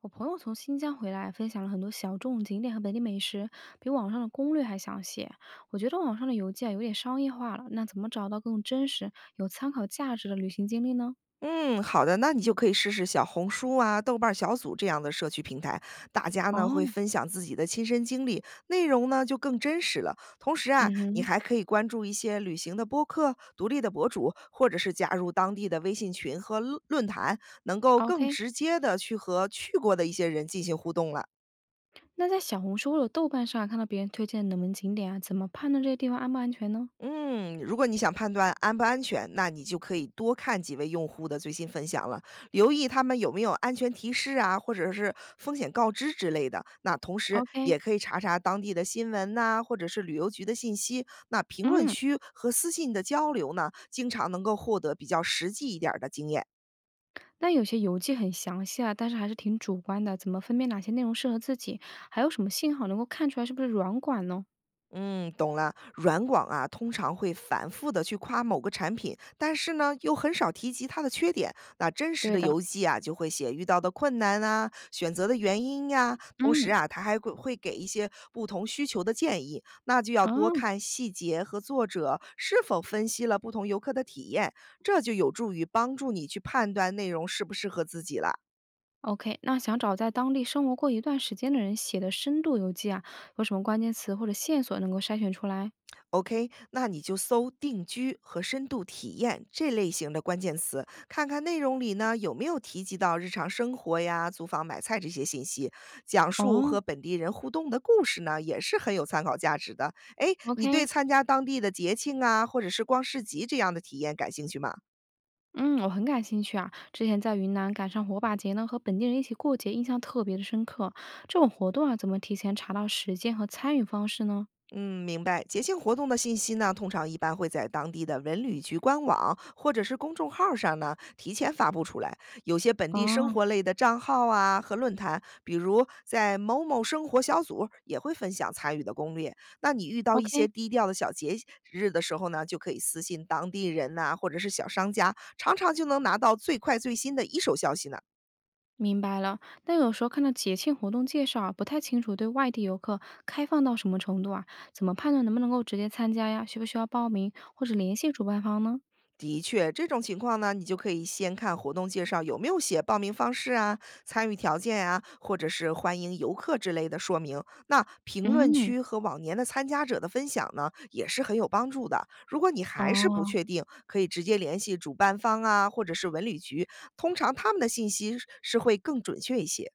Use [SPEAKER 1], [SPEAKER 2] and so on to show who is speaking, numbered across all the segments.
[SPEAKER 1] 我朋友从新疆回来，分享了很多小众景点和本地美食，比网上的攻略还详细。我觉得网上的游记啊有点商业化了，那怎么找到更真实、有参考价值的旅行经历呢？
[SPEAKER 2] 嗯，好的，那你就可以试试小红书啊、豆瓣儿小组这样的社区平台，大家呢
[SPEAKER 1] 哦，
[SPEAKER 2] 会分享自己的亲身经历，内容呢就更真实了。同时啊，
[SPEAKER 1] 嗯
[SPEAKER 2] 你
[SPEAKER 1] 哼
[SPEAKER 2] 还可以关注一些旅行的播客、独立的博主，或者是加入当地的微信群和论坛，能够更
[SPEAKER 1] ，OK。
[SPEAKER 2] 直接的去和去过的一些人进行互动了。
[SPEAKER 1] 那在小红书或者豆瓣上啊看到别人推荐冷门景点啊，怎么判断这些地方安不安全呢
[SPEAKER 2] 嗯，如果你想判断安不安全，那你就可以多看几位用户的最新分享了，留意他们有没有安全提示啊，或者是风险告知之类的。那同时
[SPEAKER 1] ？OK，
[SPEAKER 2] 也可以查查当地的新闻呐、或者是旅游局的信息。那评论
[SPEAKER 1] 嗯，
[SPEAKER 2] 区和私信的交流呢，经常能够获得比较实际一点儿的经验。
[SPEAKER 1] 那有些游记很详细啊，但是还是挺主观的，怎么分辨哪些内容适合自己？还有什么信号能够看出来是不是软管呢？
[SPEAKER 2] 嗯，懂了。软广啊，通常会反复的去夸某个产品，但是呢，又很少提及它的缺点。那真实
[SPEAKER 1] 对
[SPEAKER 2] 的
[SPEAKER 1] 的，
[SPEAKER 2] 游记啊，就会写遇到的困难啊，选择的原因呀、同
[SPEAKER 1] 嗯，
[SPEAKER 2] 时啊，他还会给一些不同需求的建议。那就要多
[SPEAKER 1] 哦。
[SPEAKER 2] 看细节和作者是否分析了不同游客的体验，这就有助于帮助你去判断内容适不适合自己了。
[SPEAKER 1] OK，那想找在当地生活过一段时间的人写的深度游记啊，有什么关键词或者线索能够筛选出来？
[SPEAKER 2] OK，那你就搜“定居”和“深度体验”这类型的关键词，看看内容里呢有没有提及到日常生活呀、租房、买菜这些信息。讲述
[SPEAKER 1] 哦
[SPEAKER 2] 和本地人互动的故事呢，也是很有参考价值的。哎，你对
[SPEAKER 1] ，OK，
[SPEAKER 2] 参加当地的节庆啊，或者是逛市集这样的体验感兴趣吗？
[SPEAKER 1] 嗯，我很感兴趣啊。之前在云南赶上火把节呢，和本地人一起过节，印象特别的深刻。这种活动啊，怎么提前查到时间和参与方式呢？
[SPEAKER 2] 嗯，明白。节庆活动的信息呢，通常一般会在当地的文旅局官网或者是公众号上呢提前发布出来。有些本地生
[SPEAKER 1] 哦
[SPEAKER 2] 活类的账号啊和论坛，比如在某某生活小组也会分享参与的攻略。那你遇到一些
[SPEAKER 1] ，OK，
[SPEAKER 2] 低调的小节日的时候呢，就可以私信当地人呐、或者是小商家，常常就能拿到最快最新的一手消息呢。
[SPEAKER 1] 明白了。但有时候看到节庆活动介绍啊，不太清楚对外地游客开放到什么程度啊，怎么判断能不能够直接参加呀？需不需要报名或者联系主办方呢？
[SPEAKER 2] 的确，这种情况呢，你就可以先看活动介绍有没有写报名方式啊、参与条件啊，或者是欢迎游客之类的说明。那评论
[SPEAKER 1] 嗯
[SPEAKER 2] 区和往年的参加者的分享呢，也是很有帮助的。如果你还是不
[SPEAKER 1] 哦
[SPEAKER 2] 确定，可以直接联系主办方啊，或者是文旅局，通常他们的信息是会更准确一些。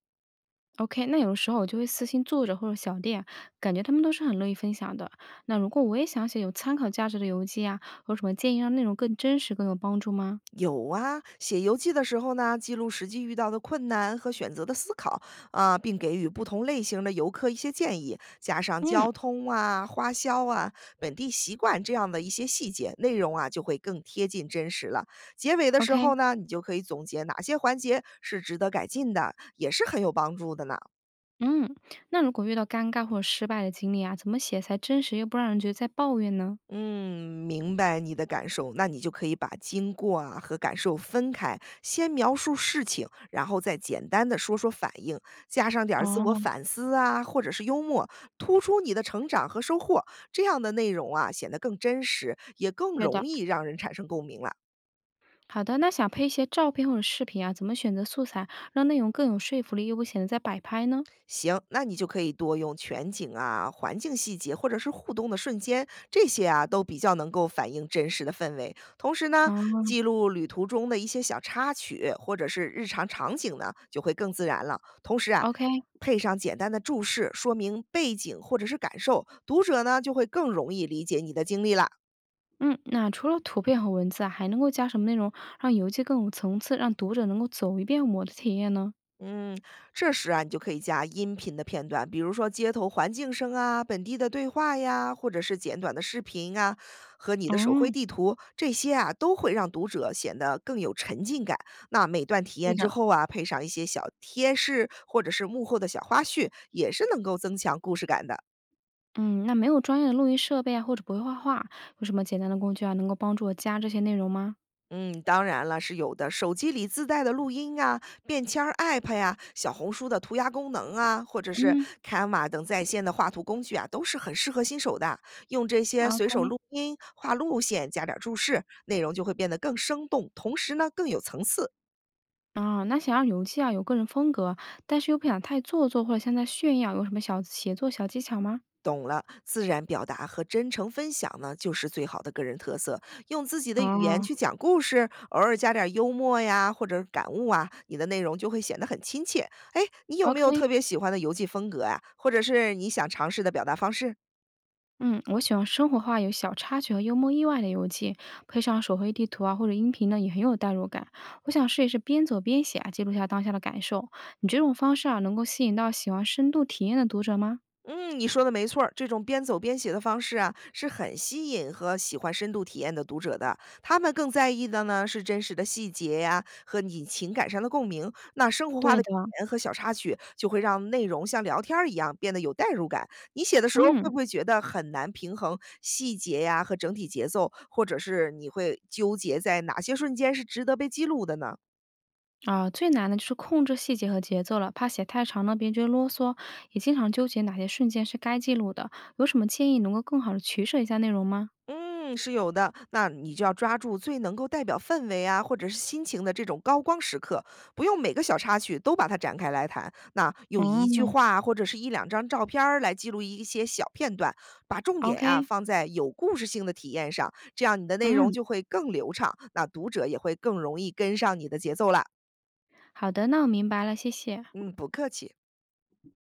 [SPEAKER 1] ，OK，那有的时候我就会私信作者或者小店，感觉他们都是很乐意分享的。那如果我也想写有参考价值的游记啊，有什么建议让内容更真实、更有帮助吗？
[SPEAKER 2] 有啊，写游记的时候呢，记录实际遇到的困难和选择的思考啊，并给予不同类型的游客一些建议，加上
[SPEAKER 1] 嗯
[SPEAKER 2] 交通啊、花销啊、本地习惯这样的一些细节，内容啊就会更贴近真实了。结尾的时
[SPEAKER 1] ，OK，
[SPEAKER 2] 候呢，你就可以总结哪些环节是值得改进的，也是很有帮助的呢。
[SPEAKER 1] 嗯，那如果遇到尴尬或者失败的经历啊，怎么写才真实又不让人觉得在抱怨呢？
[SPEAKER 2] 嗯，明白你的感受，那你就可以把经过啊和感受分开，先描述事情，然后再简单的说说反应，加上点儿自我
[SPEAKER 1] 哦，
[SPEAKER 2] 反思啊，或者是幽默，突出你的成长和收获，这样的内容啊显得更真实，也更
[SPEAKER 1] 对
[SPEAKER 2] 容
[SPEAKER 1] 的，
[SPEAKER 2] 易让人产生共鸣了。
[SPEAKER 1] 好的，那想配一些照片或者视频啊，怎么选择素材，让内容更有说服力，又不显得在摆拍呢？
[SPEAKER 2] 行，那你就可以多用全景啊、环境细节或者是互动的瞬间，这些啊都比较能够反映真实的氛围。同时呢，
[SPEAKER 1] 哦
[SPEAKER 2] 记录旅途中的一些小插曲或者是日常场景呢，就会更自然了。同时啊。
[SPEAKER 1] ，OK。
[SPEAKER 2] 配上简单的注释，说明背景或者是感受，读者呢就会更容易理解你的经历啦。
[SPEAKER 1] 嗯，那除了图片和文字啊，还能够加什么内容，让游记更有层次，让读者能够走一遍我的体验呢？
[SPEAKER 2] 嗯，这时啊，你就可以加音频的片段，比如说街头环境声啊、本地的对话呀，或者是简短的视频啊，和你的手绘
[SPEAKER 1] 嗯，
[SPEAKER 2] 地图，这些啊都会让读者显得更有沉浸感。那每段体
[SPEAKER 1] 对
[SPEAKER 2] 验之
[SPEAKER 1] 的，
[SPEAKER 2] 后啊，配上一些小贴士或者是幕后的小花絮，也是能够增强故事感的。
[SPEAKER 1] 嗯，那没有专业的录音设备啊，或者不会画画，有什么简单的工具啊，能够帮助我加这些内容吗？
[SPEAKER 2] 嗯，当然了，是有的。手机里自带的录音啊、便签儿 App 呀、小红书的涂鸦功能啊，或者是
[SPEAKER 1] 嗯
[SPEAKER 2] Canva 等在线的画图工具啊，都是很适合新手的。用这些随手
[SPEAKER 1] ，OK，
[SPEAKER 2] 录音、画路线，加点儿注释，内容就会变得更生动，同时呢更有层次。
[SPEAKER 1] 啊，那想让游记啊有个人风格，但是又不想太做作或者像在炫耀，有什么小写作小技巧吗？
[SPEAKER 2] 懂了，自然表达和真诚分享呢，就是最好的个人特色。用自己的语言
[SPEAKER 1] 哦
[SPEAKER 2] 去讲故事，偶尔加点幽默呀，或者感悟啊，你的内容就会显得很亲切。哎，你有没有特
[SPEAKER 1] ，OK，
[SPEAKER 2] 别喜欢的邮寄风格呀？或者是你想尝试的表达方式？
[SPEAKER 1] 嗯，我喜欢生活化、有小插曲和幽默意外的游记，配上手绘地图啊或者音频呢，也很有代入感。我想试一试边走边写啊，记录下当下的感受。你这种方式啊，能够吸引到喜欢深度体验的读者吗？
[SPEAKER 2] 嗯，你说的没错儿，这种边走边写的方式啊，是很吸引和喜欢深度体验的读者的。他们更在意的呢是真实的细节呀、和你情感上的共鸣。那生活化
[SPEAKER 1] 对
[SPEAKER 2] 的语
[SPEAKER 1] 的，
[SPEAKER 2] 言和小插曲，就会让内容像聊天儿一样变得有代入感。你写的时候会
[SPEAKER 1] 嗯。
[SPEAKER 2] 不会觉得很难平衡细节呀、和整体节奏，或者是你会纠结在哪些瞬间是值得被记录的呢？
[SPEAKER 1] 啊，最难的就是控制细节和节奏了，怕写太长呢，别觉得啰嗦，也经常纠结哪些瞬间是该记录的。有什么建议能够更好的取舍一下内容吗？
[SPEAKER 2] 嗯，是有的。那你就要抓住最能够代表氛围啊，或者是心情的这种高光时刻，不用每个小插曲都把它展开来谈。那用一句
[SPEAKER 1] 嗯
[SPEAKER 2] 话或者是一两张照片儿来记录一些小片段，把重点
[SPEAKER 1] ，OK，
[SPEAKER 2] 呀、放在有故事性的体验上，这样你的内容
[SPEAKER 1] 嗯，
[SPEAKER 2] 就会更流畅，那读者也会更容易跟上你的节奏啦。
[SPEAKER 1] 好的，那我明白了，谢谢。
[SPEAKER 2] 嗯，不客气。